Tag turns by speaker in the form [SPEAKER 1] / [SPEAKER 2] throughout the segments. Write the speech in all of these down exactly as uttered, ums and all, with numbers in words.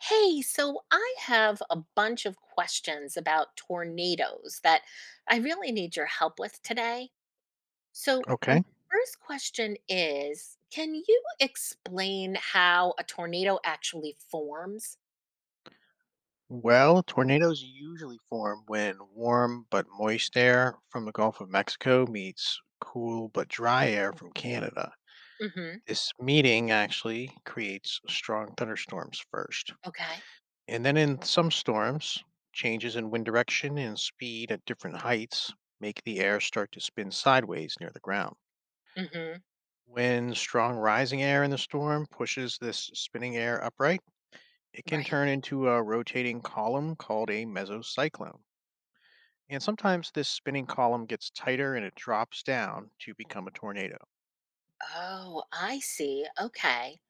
[SPEAKER 1] Hey, so I have a bunch of questions about tornadoes that I really need your help with today. So, my
[SPEAKER 2] Okay.
[SPEAKER 1] first question is, can you explain how a tornado actually forms?
[SPEAKER 2] Well, tornadoes usually form when warm but moist air from the Gulf of Mexico meets cool but dry air from Canada.
[SPEAKER 1] Mm hmm.
[SPEAKER 2] This meeting actually creates strong thunderstorms first.
[SPEAKER 1] Okay.
[SPEAKER 2] And then in some storms, changes in wind direction and speed at different heights make the air start to spin sideways near the ground.
[SPEAKER 1] Mm hmm.
[SPEAKER 2] When strong rising air in the storm pushes this spinning air upright, it can
[SPEAKER 1] Right.
[SPEAKER 2] turn into a rotating column called a mesocyclone. And sometimes this spinning column gets tighter and it drops down to become a tornado.
[SPEAKER 1] Oh, I see. Okay.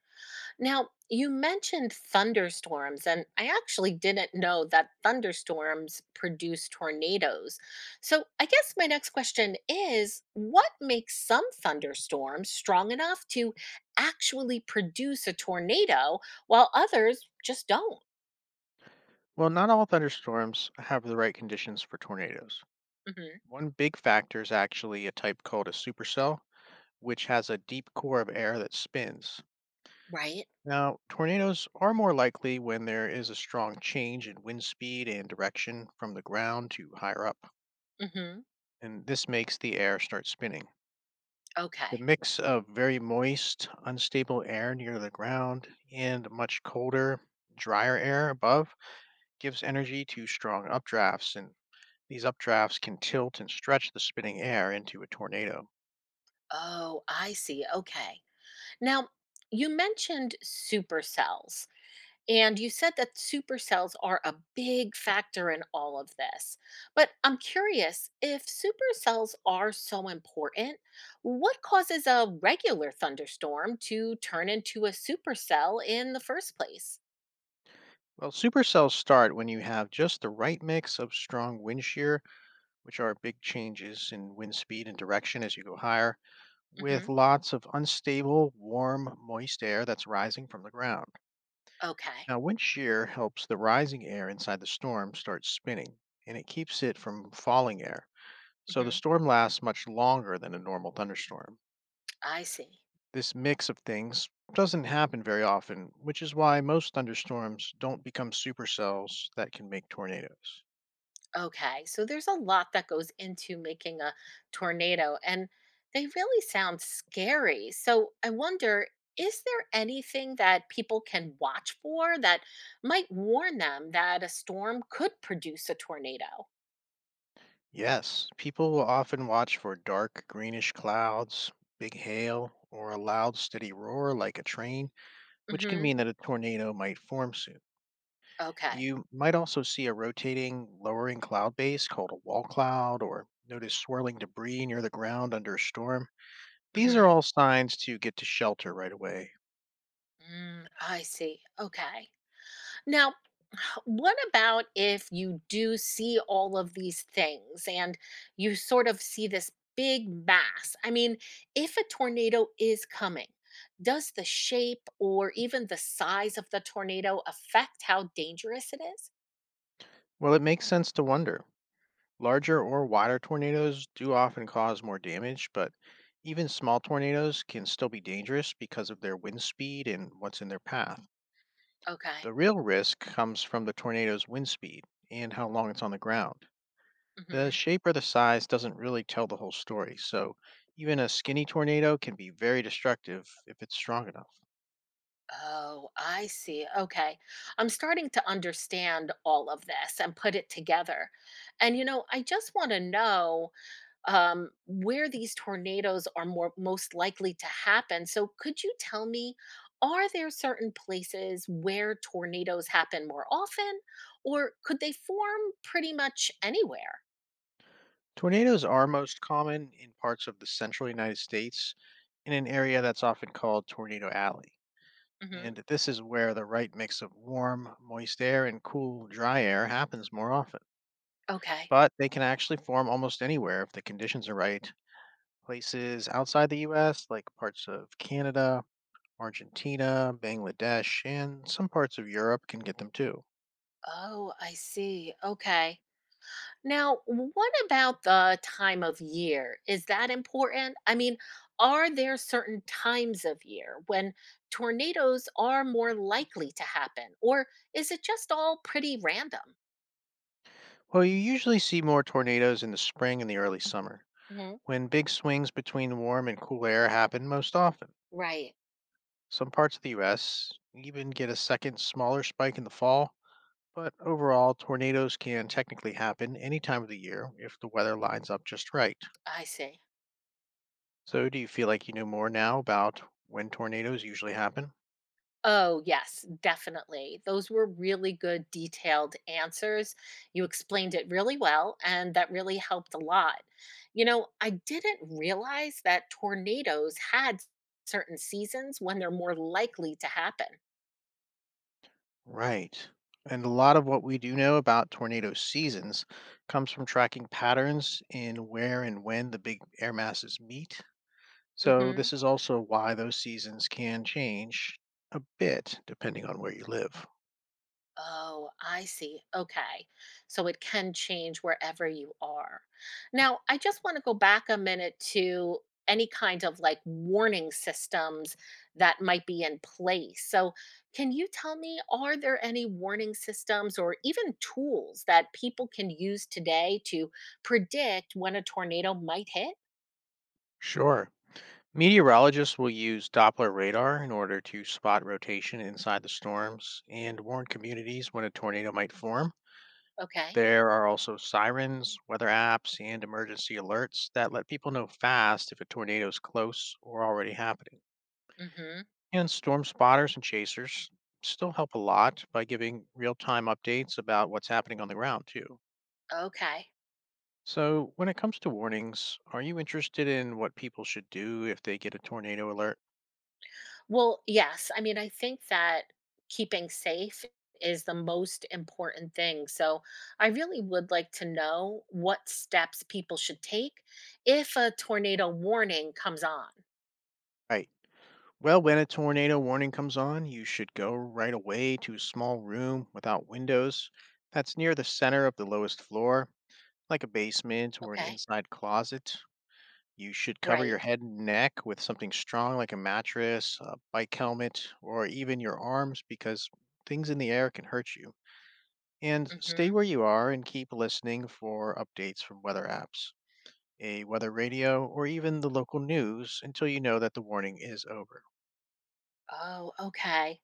[SPEAKER 1] Now, you mentioned thunderstorms, and I actually didn't know that thunderstorms produce tornadoes. So, I guess my next question is, what makes some thunderstorms strong enough to actually produce a tornado while others just don't?
[SPEAKER 2] Well, not all thunderstorms have the right conditions for tornadoes.
[SPEAKER 1] Hmm.
[SPEAKER 2] One big factor is actually a type called a supercell, which has a deep core of air that spins.
[SPEAKER 1] Right?
[SPEAKER 2] Now, tornadoes are more likely when there is a strong change in wind speed and direction from the ground to higher up,
[SPEAKER 1] Hmm.
[SPEAKER 2] and this makes the air start spinning. The
[SPEAKER 1] Okay.
[SPEAKER 2] mix of very moist, unstable air near the ground and much colder, drier air above gives energy to strong updrafts, and these updrafts can tilt and stretch the spinning air into a tornado.
[SPEAKER 1] Oh, I see. Okay. Now, you mentioned supercells. And you said that supercells are a big factor in all of this. But I'm curious, if supercells are so important, what causes a regular thunderstorm to turn into a supercell in the first place?
[SPEAKER 2] Well, supercells start when you have just the right mix of strong wind shear, which are big changes in wind speed and direction as you go higher,
[SPEAKER 1] Hmm.
[SPEAKER 2] with lots of unstable, warm, moist air that's rising from the ground.
[SPEAKER 1] Okay.
[SPEAKER 2] Now, wind shear helps the rising air inside the storm start spinning, and it keeps it from falling air, so the
[SPEAKER 1] Hmm.
[SPEAKER 2] storm lasts much longer than a normal thunderstorm.
[SPEAKER 1] I see.
[SPEAKER 2] This mix of things doesn't happen very often, which is why most thunderstorms don't become supercells that can make tornadoes.
[SPEAKER 1] Okay, so there's a lot that goes into making a tornado, and they really sound scary. So I wonder, is there anything that people can watch for that might warn them that a storm could produce a tornado?
[SPEAKER 2] Yes, people will often watch for dark greenish clouds, big hail, or a loud steady roar like a train, which can
[SPEAKER 1] Hmm.
[SPEAKER 2] mean that a tornado might form soon.
[SPEAKER 1] Okay.
[SPEAKER 2] You might also see a rotating, lowering cloud base called a wall cloud or notice swirling debris near the ground under a storm. These are
[SPEAKER 1] Hmm.
[SPEAKER 2] all signs to get to shelter right away.
[SPEAKER 1] Mm, I see. Okay. Now, what about if you do see all of these things and you sort of see this big mass? I mean, if a tornado is coming, does the shape or even the size of the tornado affect how dangerous it is?
[SPEAKER 2] Well, it makes sense to wonder. Larger or wider tornadoes do often cause more damage, but even small tornadoes can still be dangerous because of their wind speed and what's in their path.
[SPEAKER 1] Okay.
[SPEAKER 2] The real risk comes from the tornado's wind speed and how long it's on the ground. The
[SPEAKER 1] Hmm.
[SPEAKER 2] shape or the size doesn't really tell the whole story, so even a skinny tornado can be very destructive if it's strong enough.
[SPEAKER 1] Oh, I see. Okay. I'm starting to understand all of this and put it together. And, you know, I just want to know um, where these tornadoes are more most likely to happen. So, could you tell me, are there certain places where tornadoes happen more often, or could they form pretty much anywhere?
[SPEAKER 2] Tornadoes are most common in parts of the central United States in an area that's often called Tornado Alley.
[SPEAKER 1] Hmm.
[SPEAKER 2] And this is where the right mix of warm, moist air and cool, dry air happens more often.
[SPEAKER 1] Okay.
[SPEAKER 2] But they can actually form almost anywhere if the conditions are right. Places outside the U S, like parts of Canada, Argentina, Bangladesh, and some parts of Europe can get them too.
[SPEAKER 1] Oh, I see. Okay. Now, what about the time of year? Is that important? I mean, are there certain times of year when tornadoes are more likely to happen, or is it just all pretty random?
[SPEAKER 2] Well, you usually see more tornadoes in the spring and the early summer,
[SPEAKER 1] Hmm.
[SPEAKER 2] when big swings between warm and cool air happen most often.
[SPEAKER 1] Right.
[SPEAKER 2] Some parts of the U S even get a second smaller spike in the fall, but overall, tornadoes can technically happen any time of the year if the weather lines up just right.
[SPEAKER 1] I see.
[SPEAKER 2] So, do you feel like you know more now about when tornadoes usually happen?
[SPEAKER 1] Oh, yes, definitely. Those were really good, detailed answers. You explained it really well, and that really helped a lot. You know, I didn't realize that tornadoes had certain seasons when they're more likely to happen.
[SPEAKER 2] Right. And a lot of what we do know about tornado seasons comes from tracking patterns in where and when the big air masses meet. So,
[SPEAKER 1] Hmm.
[SPEAKER 2] this is also why those seasons can change a bit depending on where you live.
[SPEAKER 1] Oh, I see. Okay. So it can change wherever you are. Now, I just want to go back a minute to any kind of like warning systems that might be in place. So, can you tell me, are there any warning systems or even tools that people can use today to predict when a tornado might hit?
[SPEAKER 2] Sure. Meteorologists will use Doppler radar in order to spot rotation inside the storms and warn communities when a tornado might form.
[SPEAKER 1] Okay.
[SPEAKER 2] There are also sirens, weather apps, and emergency alerts that let people know fast if a tornado is close or already happening.
[SPEAKER 1] Hmm.
[SPEAKER 2] And storm spotters and chasers still help a lot by giving real time updates about what's happening on the ground, too.
[SPEAKER 1] Okay.
[SPEAKER 2] So, when it comes to warnings, are you interested in what people should do if they get a tornado alert?
[SPEAKER 1] Well, yes. I mean, I think that keeping safe is the most important thing. So, I really would like to know what steps people should take if a tornado warning comes on.
[SPEAKER 2] Right. Well, when a tornado warning comes on, you should go right away to a small room without windows that's near the center of the lowest floor like a basement or an
[SPEAKER 1] Okay.
[SPEAKER 2] inside closet. You should cover your
[SPEAKER 1] Right.
[SPEAKER 2] head and neck with something strong like a mattress, a bike helmet, or even your arms because things in the air can hurt you. And stay
[SPEAKER 1] Hmm.
[SPEAKER 2] where you are and keep listening for updates from weather apps, a weather radio, or even the local news until you know that the warning is over.
[SPEAKER 1] Oh, okay.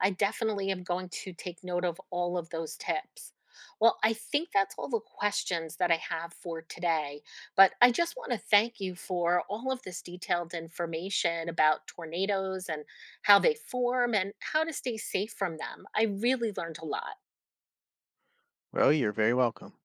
[SPEAKER 1] I definitely am going to take note of all of those tips. Well, I think that's all the questions that I have for today, but I just want to thank you for all of this detailed information about tornadoes and how they form and how to stay safe from them. I really learned a lot.
[SPEAKER 2] Well, you're very welcome.